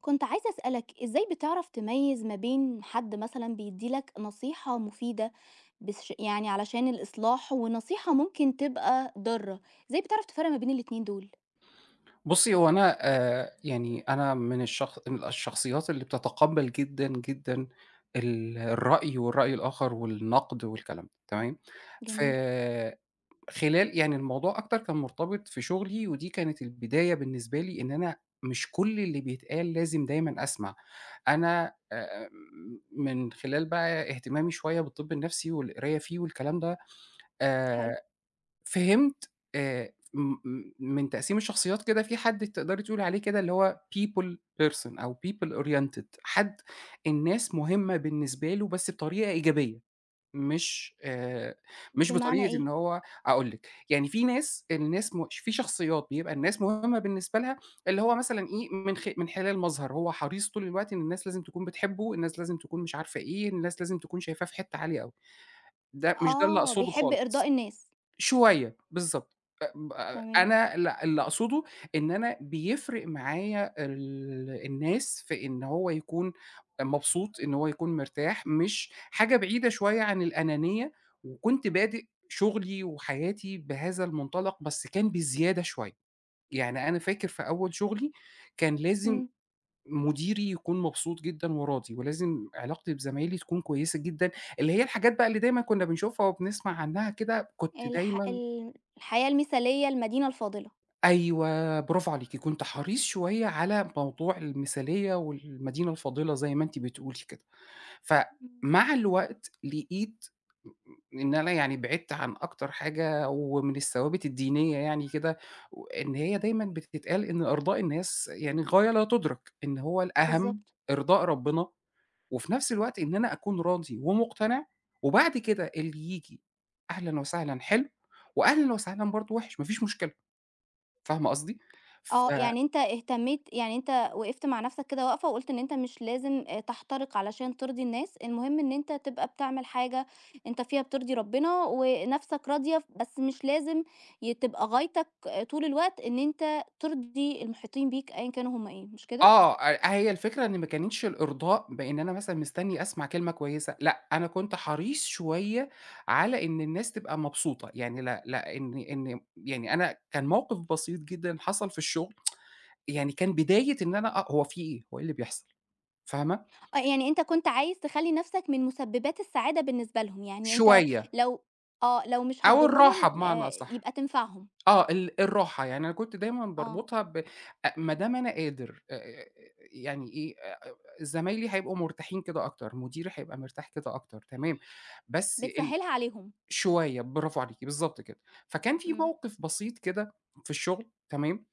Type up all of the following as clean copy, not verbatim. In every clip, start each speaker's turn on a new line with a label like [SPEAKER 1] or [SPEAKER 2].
[SPEAKER 1] كنت عايزة أسألك إزاي بتعرف تميز ما بين حد مثلا بيديلك نصيحة مفيدة، بس يعني علشان الإصلاح، ونصيحة ممكن تبقى ضارة. إزاي بتعرف تفرق ما بين الاتنين دول؟
[SPEAKER 2] بُصّي، هو أنا يعني أنا من الشخصيات اللي بتتقبّل جدًا، جدًا الرأي والرأي الآخر والنقد والكلام ده، تمام؟ ف
[SPEAKER 1] جميل.
[SPEAKER 2] خلال يعني الموضوع أكتر كان مرتبط في شغلي، ودي كانت البداية بالنسبة لي إن أنا مش كل اللي بيتقال لازم دايمًا أسمع. أنا من خلال بقى اهتمامي شوية بالطب النفسي والقراية فيه والكلام ده.
[SPEAKER 1] حلو.
[SPEAKER 2] آآ فهمت. م م من تقسيم الشخصيات كده في حد تقدري تقولي عليه كده اللي هو people person أو people oriented، حد الناس مهمة بالنسبة له بس بطريقة إيجابية، مش مش
[SPEAKER 1] بمعنى
[SPEAKER 2] بطريقة
[SPEAKER 1] إيه؟
[SPEAKER 2] إن هو هاقول لِك، يعني في ناس الناس في شخصيات بيبقى الناس مهمة بالنسبة لها، اللي هو مثلًا إيه، من خلال مظهر، هو حريص طول الوقت إن الناس لازم تكون بتحبه، الناس لازم تكون مش عارفة إيه، الناس لازم تكون شايفاه في حتة عالية أوي، ده مش ده اللي
[SPEAKER 1] آه،
[SPEAKER 2] أقصده
[SPEAKER 1] بيحب
[SPEAKER 2] خالص.
[SPEAKER 1] إرضاء الناس.
[SPEAKER 2] شوية، بالضبط. أ
[SPEAKER 1] تمام.
[SPEAKER 2] أنا ال اللي أقصده إن أنا بيفرق معايا الناس في إن هو يكون مبسوط، إن هو يكون مرتاح، مش حاجة بعيدة شوية عن الأنانية، وكنت بادئ شغلي وحياتي بهذا المنطلق، بس كان بزيادة شوية. يعني أنا فاكر في أول شغلي كان لازم
[SPEAKER 1] مم.
[SPEAKER 2] مديري يكون مبسوط جدًا وراضي، ولازم علاقتي بزمايلي تكون كويسة جدًا، اللي هي الحاجات بقى اللي دايمًا كنا بنشوفها وبنسمع عنها كده، كنت دايمًا
[SPEAKER 1] الحياة المثالية، المدينة الفاضلة.
[SPEAKER 2] أيوه، برافو عليكِ، كنت حريص شوية على موضوع المثالية والمدينة الفاضلة زي ما أنتِ بتقولي كده.
[SPEAKER 1] مم.
[SPEAKER 2] فمع الوقت لقيت إن أنا يعني بعدت عن أكتر حاجة ومن الثوابت الدينية يعني كده، وإن هي دايمًا بتتقال إن إرضاء الناس يعني غاية لا تُدرك، إن هو الأهم
[SPEAKER 1] بالظبط.
[SPEAKER 2] إرضاء ربنا، وفي نفس الوقت إن أنا أكون راضي ومقتنع، وبعد كده اللي ييجي أهلًا وسهلًا حلو، وأهلًا وسهلًا برضه وِحِش، ما فيش مشكلة. فاهمة قصدي؟ ف
[SPEAKER 1] آه، يعني أنت اهتميت، يعني أنت وقفت مع نفسك كده وقفة وقُلت إن أنت مش لازم تحترق علشان ترضي الناس، المهم إن أنت تبقى بتعمل حاجة أنت فيها بترضي ربنا ونَفْسك راضية، بس مش لازم تبقى غايتك، طول الوقت إن أنت ترضي المحيطين بيك أيًا كانوا هم إيه، مش كده؟
[SPEAKER 2] آه، آه، هي الفكرة إن ما كانتش الإرضاء بإن أنا مثلًا مستني أسمع كلمة كويسة، لأ، أنا كنت حريص شوية على إن الناس تبقى مبسوطة، يعني لا لا إن إن يعني أنا كان موقف بسيط جدًا حصل في الشغل، يعني كان بداية إن أنا أ هو في إيه، هو إيه اللي بيحصل، فاهمة؟
[SPEAKER 1] آه، يعني أنت كنت عايز تخلّي نَفْسك من مسببات السعادة بالنسبة لهم، يعني أنت
[SPEAKER 2] شوية
[SPEAKER 1] لو لو مش
[SPEAKER 2] أو الراحة
[SPEAKER 1] هتضرهم
[SPEAKER 2] بمعنى أصح.
[SPEAKER 1] يبقى تنفعهم،
[SPEAKER 2] آه، الراحة، يعني أنا كنت دايمًا
[SPEAKER 1] آه،
[SPEAKER 2] باربطها ب ما دام أنا قادر، يعني إيه، زمايلي هيبقوا مرتاحين كده أكتر، مديري هيبقى مرتاح كده أكتر، تمام، بس ال
[SPEAKER 1] بتسهّلها عليهم،
[SPEAKER 2] شوية، برافو عليكِ، بالضبط كده. فكان في
[SPEAKER 1] إمم،
[SPEAKER 2] موقف بسيط كده في الشغل، تمام،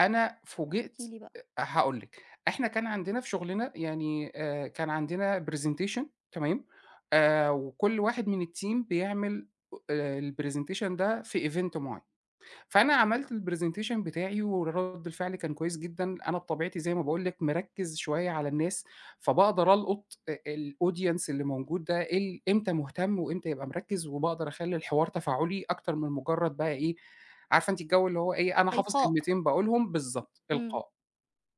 [SPEAKER 2] أنا
[SPEAKER 1] احكِ
[SPEAKER 2] فوجئت.
[SPEAKER 1] لي بقى،
[SPEAKER 2] هاقول لِك، إحنا كان عندنا في شغلنا يعني، كان عندنا presentation، تمام، وكل واحد من الteam بيعمل الpresentation ده في event معين. فأنا عملت الpresentation بتاعي ورد الفعل كان كويس جدًا، أنا بطبيعتي زي ما باقول لِك مركّز شوية على الناس، فباقدر ألقُط الaudience اللي موجود ده إيه إمتى مهتم وإمتى يبقى مركّز، وباقدر أخلّي الحوار تفاعلي أكتر من مجرّد بقى إيه، عارفة أنتِ الجو اللي هو إيه، أنا حافظ
[SPEAKER 1] إلقاء،
[SPEAKER 2] كلمتين باقولهم بالضبط،
[SPEAKER 1] إمم.
[SPEAKER 2] إلقاء،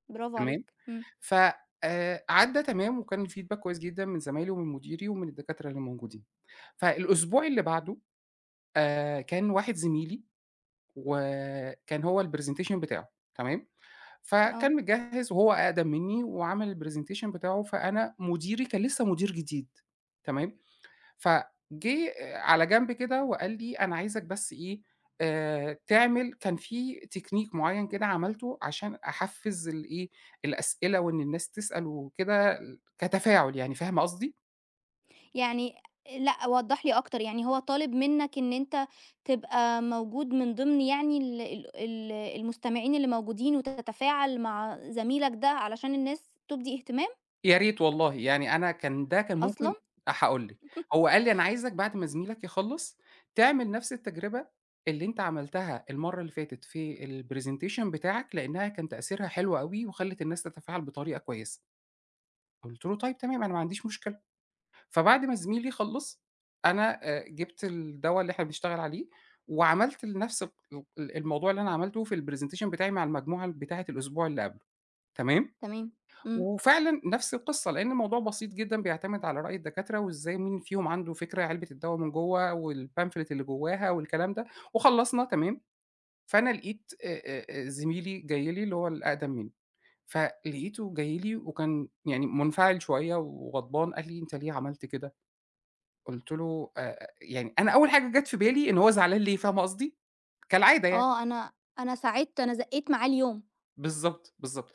[SPEAKER 1] برافو
[SPEAKER 2] تمام.
[SPEAKER 1] عليك، إمم،
[SPEAKER 2] ف عدّى تمام وكان الfeedback كويس جدًا من زمايلي ومن مديري ومن الدكاترة اللي موجودين. فالأسبوع اللي بعده كان واحد زميلي وكان هو الpresentation بتاعه، تمام،
[SPEAKER 1] آه،
[SPEAKER 2] فكان مجهّز وهو أقدم منّي وعمل الpresentation بتاعه، فأنا مديري كان لسه مدير جديد، تمام، فجِه على جنب كده وقال لي: "أنا عايزك بس إيه، تعمل"، كان في technique معيّن كده عملته عشان أحفّز الإيه، الأسئلة وإن الناس تسأل وكده كتفاعل يعني، فاهمة قصدي؟
[SPEAKER 1] يعني لأ، وضّح لي أكتر، يعني هو طالب منك إن أنت تبقى موجود من ضمن يعني ال ال ال المستمعين اللي موجودين وتتفاعل مع زميلك ده علشان الناس تُبدي اهتمام
[SPEAKER 2] يا ريت والله، يعني أنا كان ده كان
[SPEAKER 1] أصلًا؟
[SPEAKER 2] ممكن، هاقول لِك، هو قال لي: "أنا عايزك بعد ما زميلك يخلّص تعمل نفس التجربة اللي أنت عملتها المرّة اللي فاتت في الpresentation بتاعك، لإنها كان تأثيرها حلو أوي وخلّت الناس تتفاعل بطريقة كويسة." قُلت له: "طيب تمام، أنا ما عنديش مشكلة." فبعد ما زميلي خلّص، أنا جِبت الدوا اللي إحنا بنشتغل عليه وعملت نفس الموضوع اللي أنا عملته في الpresentation بتاعي مع المجموعة بتاعة الأسبوع اللي قبله، تمام؟
[SPEAKER 1] تمام، إمم،
[SPEAKER 2] وفعلًا نفس القصة، لإن الموضوع بسيط جدًا بيعتمد على رأي الدكاترة، وإزاي مين فيهم عنده فكرة علبة الدوا من جوّه والpamphlet اللي جواها والكلام ده، وخلّصنا تمام. فأنا لقيت زميلي جاي لي اللي هو الأقدم منّي، فلقيته جاي لي وكان يعني منفعل شوية وغضبان، قال لي: "أنت ليه عملت كده؟" قُلت له يعني أنا أول حاجة جات في بالي إن هو زعلان ليه، فاهمة قصدي؟ كالعادة يعني.
[SPEAKER 1] آه، أنا ساعدت، أنا زقّيت معاه اليوم،
[SPEAKER 2] بالضبط، بالضبط.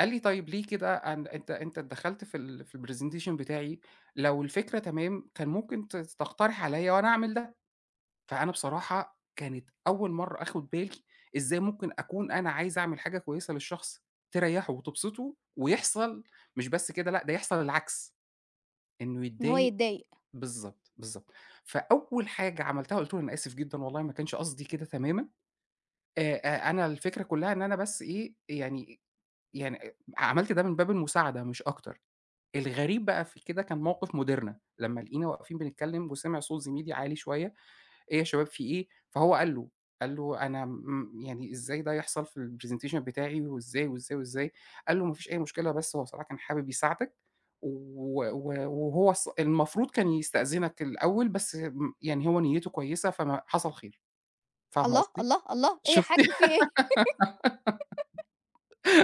[SPEAKER 2] قال لي: "طيب ليه كده؟ أنت أنت اتدخلت في ال في الpresentation بتاعي، لو الفكرة تمام كان ممكن تقترح عليَّ وأنا أعمل ده." فأنا بصراحة كانت أول مرّة آخد بالي إزاي ممكن أكون أنا عايز أعمل حاجة كويسة للشخص تريّحه وتبسطه ويحصل مش بس كده، لأ، ده يحصل العكس، إنه
[SPEAKER 1] إن هو
[SPEAKER 2] يتضايق.
[SPEAKER 1] يتضايق،
[SPEAKER 2] بالضبط، بالضبط. فأول حاجة عملتها قُلت له: "أنا آسف جدًا والله ما كانش قصدي كده تمامًا، أ أنا الفكرة كلّها إن أنا بس إيه، يعني عملت ده من باب المساعدة مش أكتر." الغريب بقى في كده كان موقف مديرنا، لمّا لقينا واقفين بنتكلم وسمع صوت زميلي عالي شوية، "إيه يا شباب في إيه؟" فهو قال له، قال له: "أنا يعني إزاي ده يحصل في الpresentation بتاعي وإزاي، وإزاي، وإزاي؟" قال له: "ما فيش أي مشكلة بس هو بصراحة كان حابب يساعدك و و وهو الص المفروض كان يستأذنك الأول بس يعني هو نيته كويسة فما حصل خير." فاهمة
[SPEAKER 1] الله،
[SPEAKER 2] قصدي؟
[SPEAKER 1] الله، الله، إيه يا حاج في
[SPEAKER 2] شُفتِ؟
[SPEAKER 1] إيه؟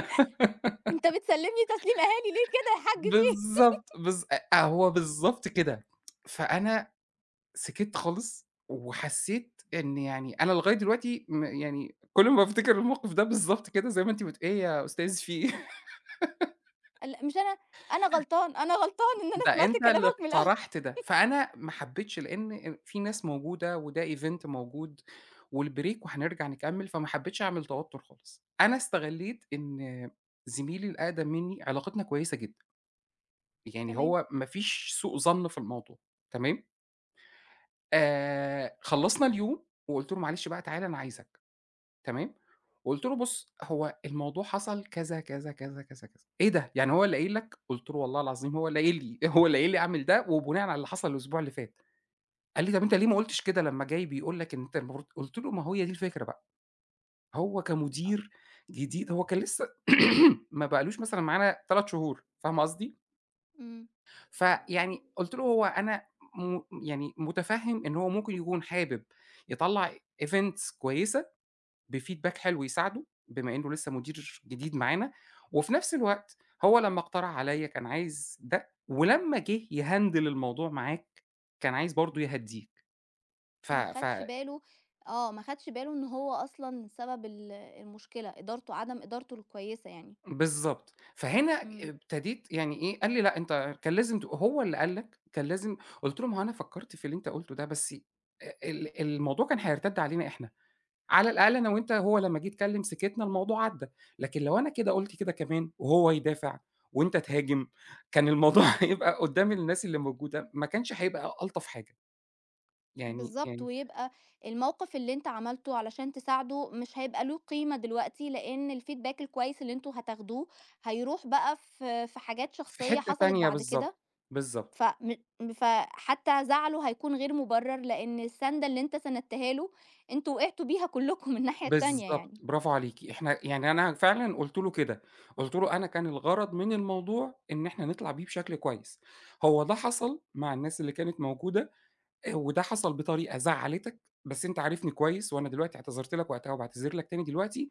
[SPEAKER 1] أنت بتسلّمني تسليم أهالي ليه كده يا حاج في إيه؟
[SPEAKER 2] بالضبط، بالض أ هو بالضبط كده. فأنا سكِتّ خالص، وحسّيت إن يعني أنا لغاية دلوقتي يعني كل ما بافتكر الموقف ده بالضبط كده زي ما أنتِ إيه يا أستاذ في إيه؟
[SPEAKER 1] لأ، مش أنا، أنا غلطان، أنا غلطان إن أنا
[SPEAKER 2] ده
[SPEAKER 1] سمعت
[SPEAKER 2] أنت اللي
[SPEAKER 1] كلامك من الأول،
[SPEAKER 2] اقترحت ده، فأنا ما حبيتش لإن في ناس موجودة وده event موجود والbreak وهنرجع نكمّل، فما حبيتش أعمل توتُّر خالص. أنا استغلّيت إن زميلي الأقدم منّي علاقتنا كويسة جدًا، يعني
[SPEAKER 1] تمام،
[SPEAKER 2] هو ما فيش سوء ظَن في الموضوع، تمام؟ خلّصنا اليوم وقُلت له: "معلش بقى تعالَ أنا عايزك." تمام، قُلت له: "بُص، هو الموضوع حصل كذا، كذا، كذا، كذا، كذا." "إيه ده! يعني هو اللي قايل لك؟" قُلت له: "والله العظيم هو اللي قايل لي، هو اللي قايل لي أعمل ده وبناءً على اللي حصل الأسبوع اللي فات." قال لي: "طَب أنت ليه ما قُلتش كده لمّا جاي بيقول لك إن أنت المفروض"، قُلت له: "ما هو هي دي الفكرة بقى، هو
[SPEAKER 1] آه،
[SPEAKER 2] كمدير جديد هو كان لسه ما بقالوش مثلًا معانا 3 شهور." فاهم قصدي؟
[SPEAKER 1] إمم.
[SPEAKER 2] فيعني قُلت له: "هو أنا يعني مُتفهِّم إن هو ممكن يكون حابب يطلّع events كويسة بfeedback حلو يساعده، بما إنه لسه مدير جديد معانا، وفي نفس الوقت هو لمّا اقترح عليَّ كان عايز ده، ولمّا جه يhandle الموضوع معاك، كان عايز برضه يهدّيك، ف
[SPEAKER 1] ما
[SPEAKER 2] ف
[SPEAKER 1] خدش باله ما خدش باله إن هو أصلًا سبب المشكلة، إدارته عدم إدارته الكويسة يعني،
[SPEAKER 2] بالضبط، فهنا
[SPEAKER 1] إمم،
[SPEAKER 2] ابتديت يعني إيه، قال لي: "لأ أنت كان لازم هو اللي قال لك كان لازم، قُلت له: "ما هو أنا فكّرت في اللي أنت قُلته ده، بس الموضوع كان هيرتد علينا إحنا." على الأقل أنا وأنت هو لمّا جه يتكلّم سكتنا الموضوع عدّى، لكن لو أنا كده قُلت كده كمان وهو يدافع وأنت تهاجم، كان الموضوع هيبقى قدّام الناس اللي موجودة، ما كانش هيبقى ألطف حاجة، يعني
[SPEAKER 1] بالضبط،
[SPEAKER 2] يعني
[SPEAKER 1] ويبقى الموقف اللي أنت عملته علشان تساعده مش هيبقى له قيمة دلوقتي، لإن الfeedback الكويس اللي أنتم هتاخدوه هيروح بقى في حاجات
[SPEAKER 2] في
[SPEAKER 1] شخصية
[SPEAKER 2] حتّة
[SPEAKER 1] حصلت
[SPEAKER 2] تانية
[SPEAKER 1] بعد
[SPEAKER 2] بالضبط،
[SPEAKER 1] كده،
[SPEAKER 2] بالضبط،
[SPEAKER 1] فم فحتى زعله هيكون غير مبرر، لإن السَنْدة اللي أنت سندتها له أنتم وقعتوا بيها كلكم من الناحية التانية يعني،
[SPEAKER 2] برافو عليكِ، إحنا يعني أنا فعلًا قُلت له كده، قُلت له أنا كان الغرض من الموضوع إن إحنا نطلع بيه بشكل كويس، هو ده حصل مع الناس اللي كانت موجودة، وده حصل بطريقة زعّلتك، بس أنت عارفني كويس وأنا دلوقتي اعتذرت لك وقتها وباعتذر لك تاني دلوقتي،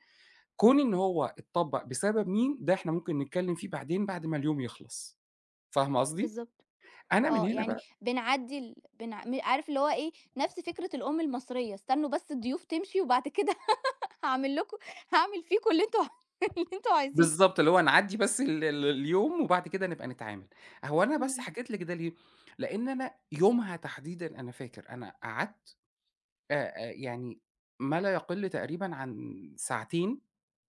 [SPEAKER 2] كون إن هو اتطبّق بسبب مين، ده إحنا ممكن نتكلّم فيه بعدين بعد ما اليوم يخلص، فاهمة قصدي؟
[SPEAKER 1] بالضبط.
[SPEAKER 2] أنا من
[SPEAKER 1] آه،
[SPEAKER 2] هنا
[SPEAKER 1] يعني
[SPEAKER 2] بقى
[SPEAKER 1] بنعدّي ال بنع م عارف اللي هو إيه، نفْس فكرة الأم المصرية، استنوا بس الضيوف تمشي وبعد كده هاعمل لكم هاعمل فيكم اللي أنتم اللي أنتم عايزينه.
[SPEAKER 2] بالضبط، اللي هو نعدّي بس ال ال اليوم وبعد كده نبقى نتعامل. هو أنا بس
[SPEAKER 1] إمم،
[SPEAKER 2] حكيت لِك ده ليه، لإن أنا يومها تحديدًا أنا فاكر، أنا قعدت آآ آآ يعني ما لا يقل تقريبًا عن ساعتين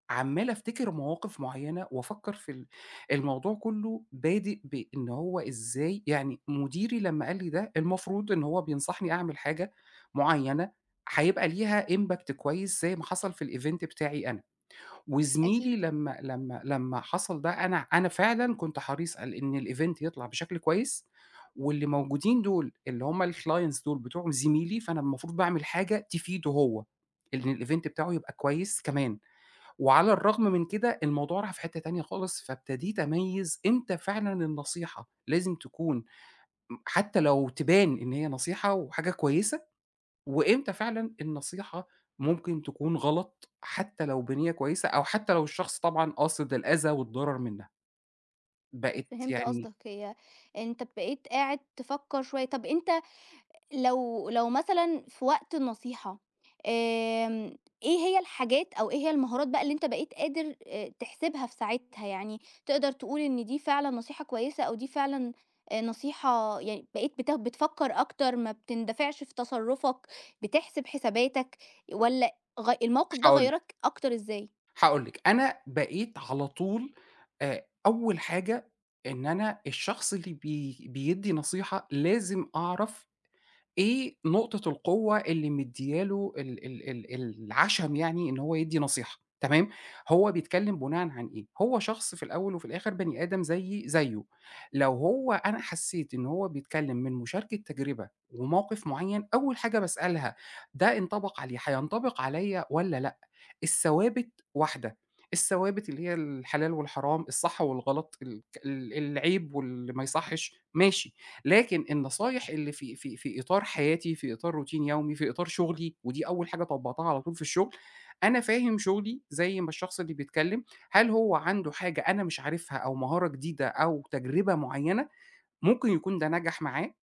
[SPEAKER 2] عمّال أفتكر مواقف معيّنة وأفكّر في الموضوع كُلّه بادئ بإن هو إزاي، يعني مديري لمّا قال لي ده المفروض إن هو بينصحني أعمل حاجة معيّنة هيبقى ليها impact كويس زي ما حصل في الevent بتاعي أنا،
[SPEAKER 1] أكيد،
[SPEAKER 2] وزميلي لمّا حصل ده أنا فعلًا كنت حريص على إن الevent يطلع بشكل كويس، واللي موجودين دول اللي هم الclients دول بتوع زميلي، فأنا المفروض باعمل حاجة تفيده هو، إن الevent بتاعه يبقى كويس كمان. وعلى الرغم من كده الموضوع راح في حتّة تانية خالص، فابتديت أميّز إمتى فعلًا النصيحة لازم تكون حتّى لو تبان إن هي نصيحة وحاجة كويسة، وإمتى فعلًا النصيحة ممكن تكون غلط حتّى لو بنيّة كويسة أو حتّى لو الشخص طبعًا قاصد الأذى والضرر منها. بقيت
[SPEAKER 1] فهمت
[SPEAKER 2] يعني،
[SPEAKER 1] قصدك. هي أنت بقيت قاعد تفكّر شوية. طَب أنت، لو مثلًا في وقت النصيحة، آمم، إيه هي الحاجات أو إيه هي المهارات بقى اللي أنت بقيت قادر تحسبها في ساعتها، يعني تقدر تقول إن دي فعلًا نصيحة كويسة أو دي فعلًا نصيحة، يعني بقيت بتفكّر أكتر، ما بتندفعش في تصرُّفك، بتحسب حساباتك والّا الموقف ده
[SPEAKER 2] هاقول لِك،
[SPEAKER 1] غيّرك أكتر إزاي؟
[SPEAKER 2] هاقول لِك، أنا بقيت على طول، أول حاجة إن أنا الشخص اللي بيدّي نصيحة لازم أعرف إيه نقطة القوة اللي مدّية له ال ال ال العَشَم يعني إن هو يدّي نصيحة، تمام. هو بيتكلّم بناءً عن إيه؟ هو شخص في الأول وفي الآخر بني آدم زيي زيه، لو هو أنا حسّيت إن هو بيتكلّم من مشاركة تجربة وموقِف معيّن، أول حاجة باسألها ده ينطبق عليه، هينطبق عليّا والّا لأ؟ الثوابت واحدة، الثوابت اللي هي الحلال والحرام، الصح والغلط، ال ال العيب واللي ما يصحّش، ماشي، لكن النصايح اللي في في إطار حياتي، في إطار روتين يومي، في إطار شغلي، ودي أول حاجة طبّقتها على طول في الشغل، أنا فاهم شغلي زي ما الشخص اللي بيتكلّم، هل هو عنده حاجة أنا مش عارفها أو مهارة جديدة أو تجربة معيّنة، ممكن يكون ده نجح معاه،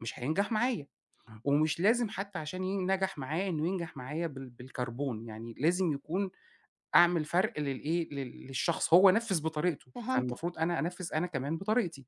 [SPEAKER 2] مش هينجح معايا، ومش لازم حتى عشان نجح معاه إنه ينجح معايا بالكربون، يعني لازم يكون أعمل فرق للإيه، للشخص، هو نفِّذ بطريقته،
[SPEAKER 1] فهمتك.
[SPEAKER 2] فالمفروض أنا أنفِّذ أنا كمان بطريقتي،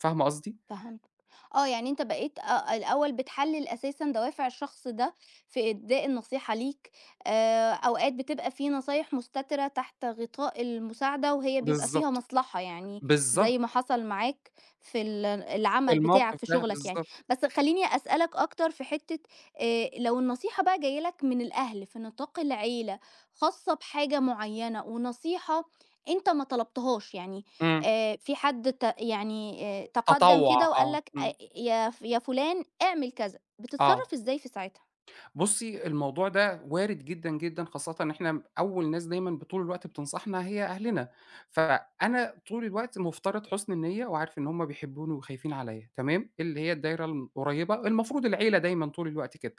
[SPEAKER 2] فاهمة قصدي؟
[SPEAKER 1] فهمتك. آه، يعني أنت بقيت الأول بتحلِّل أساسًا دوافع الشخص ده في إبداء النصيحة ليك، أوقات بتبقى في نصايح مستترة تحت غطاء المساعدة وهي بيبقى فيها
[SPEAKER 2] بالضبط،
[SPEAKER 1] مصلحة، يعني
[SPEAKER 2] بالضبط،
[SPEAKER 1] زي ما حصل معاك في العمل بتاعك
[SPEAKER 2] الموقف
[SPEAKER 1] في
[SPEAKER 2] ده
[SPEAKER 1] شغلك يعني.
[SPEAKER 2] بالضبط،
[SPEAKER 1] بس خلّيني أسألك أكتر في حتّة، لو النصيحة بقى جاية لك من الأهل في نطاق العيلة، خاصة بحاجة معيّنة، ونصيحة أنت ما طلبتهاش، يعني
[SPEAKER 2] إمم،
[SPEAKER 1] في حد يعني تقدّم
[SPEAKER 2] تطوّع،
[SPEAKER 1] كده وقال
[SPEAKER 2] آه،
[SPEAKER 1] لك
[SPEAKER 2] إمم،
[SPEAKER 1] يا فلان اعمل كذا،
[SPEAKER 2] آه.
[SPEAKER 1] بتتصرّف إزاي في ساعتها؟
[SPEAKER 2] بُصّي، الموضوع ده وارد جدًا، جدًا، خاصةً إن إحنا أول ناس دايمًا طول الوقت بتنصحنا هي أهلنا، فأنا طول الوقت مفترض حُسن النية وعارف إن هُم بيحبوني وخايفين عليّا، تمام، اللي هي الدايرة القريبة، المفروض العيلة دايمًا طول الوقت كده،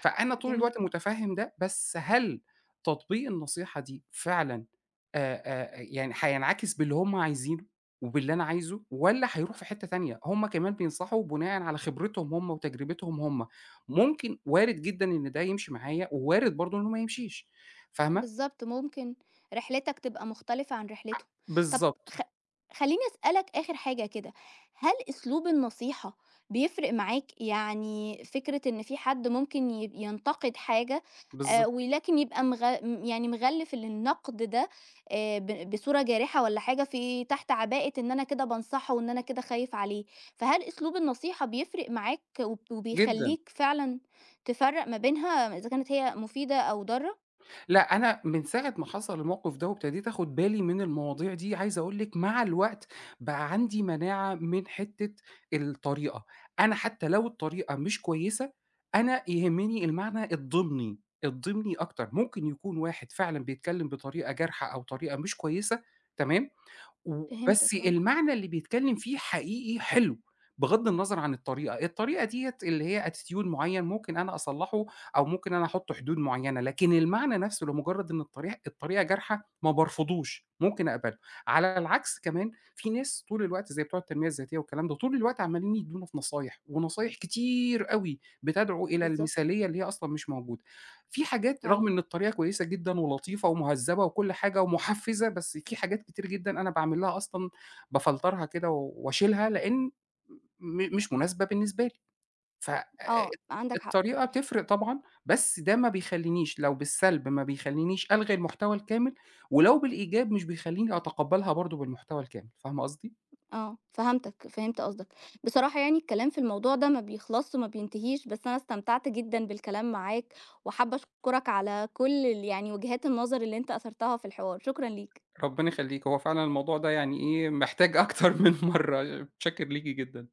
[SPEAKER 2] فأنا طول
[SPEAKER 1] جميل.
[SPEAKER 2] الوقت متفهم ده، بس هل تطبيق النصيحة دي فعلًا، آآ، يعني هينعكس باللي هُم عايزينه وباللي أنا عايزه والّا هيروح في حتة تانية؟ هُم كمان بينصحوا بناءً على خبرتهم هُم وتجربتهم هُم. ممكن وارد جدًا إن ده يمشي معايا، ووارد برضه إنه ما يمشيش، فاهمة؟
[SPEAKER 1] بالضبط، ممكن رحلتك تبقى مختلفة عن
[SPEAKER 2] ع
[SPEAKER 1] رحلته. طب،
[SPEAKER 2] بالضبط،
[SPEAKER 1] خ خلّيني أسألك آخر حاجة كده، هل أسلوب النصيحة بيفرق معاك؟ يعني فكرة إن في حد ممكن ينتقد حاجة،
[SPEAKER 2] بالضبط،
[SPEAKER 1] ولكن يبقى مغ م يعني مغلِّف النقد ده، بصورة جارحة، والّا حاجة في تحت عباءة إن أنا كده بانصحه وإن أنا كده خايف عليه، فهل أسلوب النصيحة بيفرق معاك
[SPEAKER 2] جدًا.
[SPEAKER 1] وبيخلّيك فعلًا تفرّق ما بينها إذا كانت هي مفيدة أو ضارة؟
[SPEAKER 2] لأ، أنا من ساعة ما حصل الموقف ده وابتديت آخد بالي من المواضيع دي، عايز أقول لِك مع الوقت بقى عندي مناعة من حتّة الطريقة، أنا حتى لو الطريقة مش كويسة، أنا يهمني المعنى الضمني، الضمني أكتر، ممكن يكون واحد فعلًا بيتكلم بطريقة جارحة أو طريقة مش كويسة، تمام؟ وبس
[SPEAKER 1] فهمتك آه،
[SPEAKER 2] المعنى اللي بيتكلم فيه حقيقي حلو، بغض النظر عن الطريقة، الطريقة ديّة اللي هي attitude معيّن ممكن أنا أصلّحه أو ممكن أنا أحُط حدود معيّنة، لكن المعنى نَفْسه لمجرّد إن الطريقة جارحة ما بارفضوش، ممكن أقبله. على العكس كمان في ناس طول الوقت زي بتوع التنمية الذاتية والكلام ده، طول الوقت عمّالين يدّونا في نصايح، ونصايح كتير أوي بتدعو إلى
[SPEAKER 1] بالضبط،
[SPEAKER 2] المثالية اللي هي أصلًا مش موجودة. في حاجات رغم
[SPEAKER 1] فعلًا،
[SPEAKER 2] إن الطريقة كويسة جدًا ولطيفة ومهذّبة وكل حاجة ومحفّزة، بس في حاجات كتير جدًا أنا باعمل لها أصلًا بافلترها كده واشيلها، لإن مش مناسبة بالنسبة لي. ف
[SPEAKER 1] آه، عندك حق،
[SPEAKER 2] الطريقة تفرق طبعًا، بس ده ما بيخلّينيش لو بالسلب، ما بيخلّينيش ألغي المحتوى الكامل، ولو بالإيجاب مش بيخلّيني أتقبّلها برضه بالمحتوى الكامل، فاهمة قصدي؟
[SPEAKER 1] آه، فهمتك، فهمت قصدك. بصراحة يعني الكلام في الموضوع ده ما بيخلصش وما بينتهيش، بس أنا استمتعت جدًا بالكلام معاك، وحابة أشكرك على كل يعني وجهات النظر اللي أنت أثرتها في الحوار، شكرًا ليك.
[SPEAKER 2] ربنا يخلّيكِ، هو فعلًا الموضوع ده يعني إيه، محتاج أكتر من مرّة، شاكر ليكِ جدًا.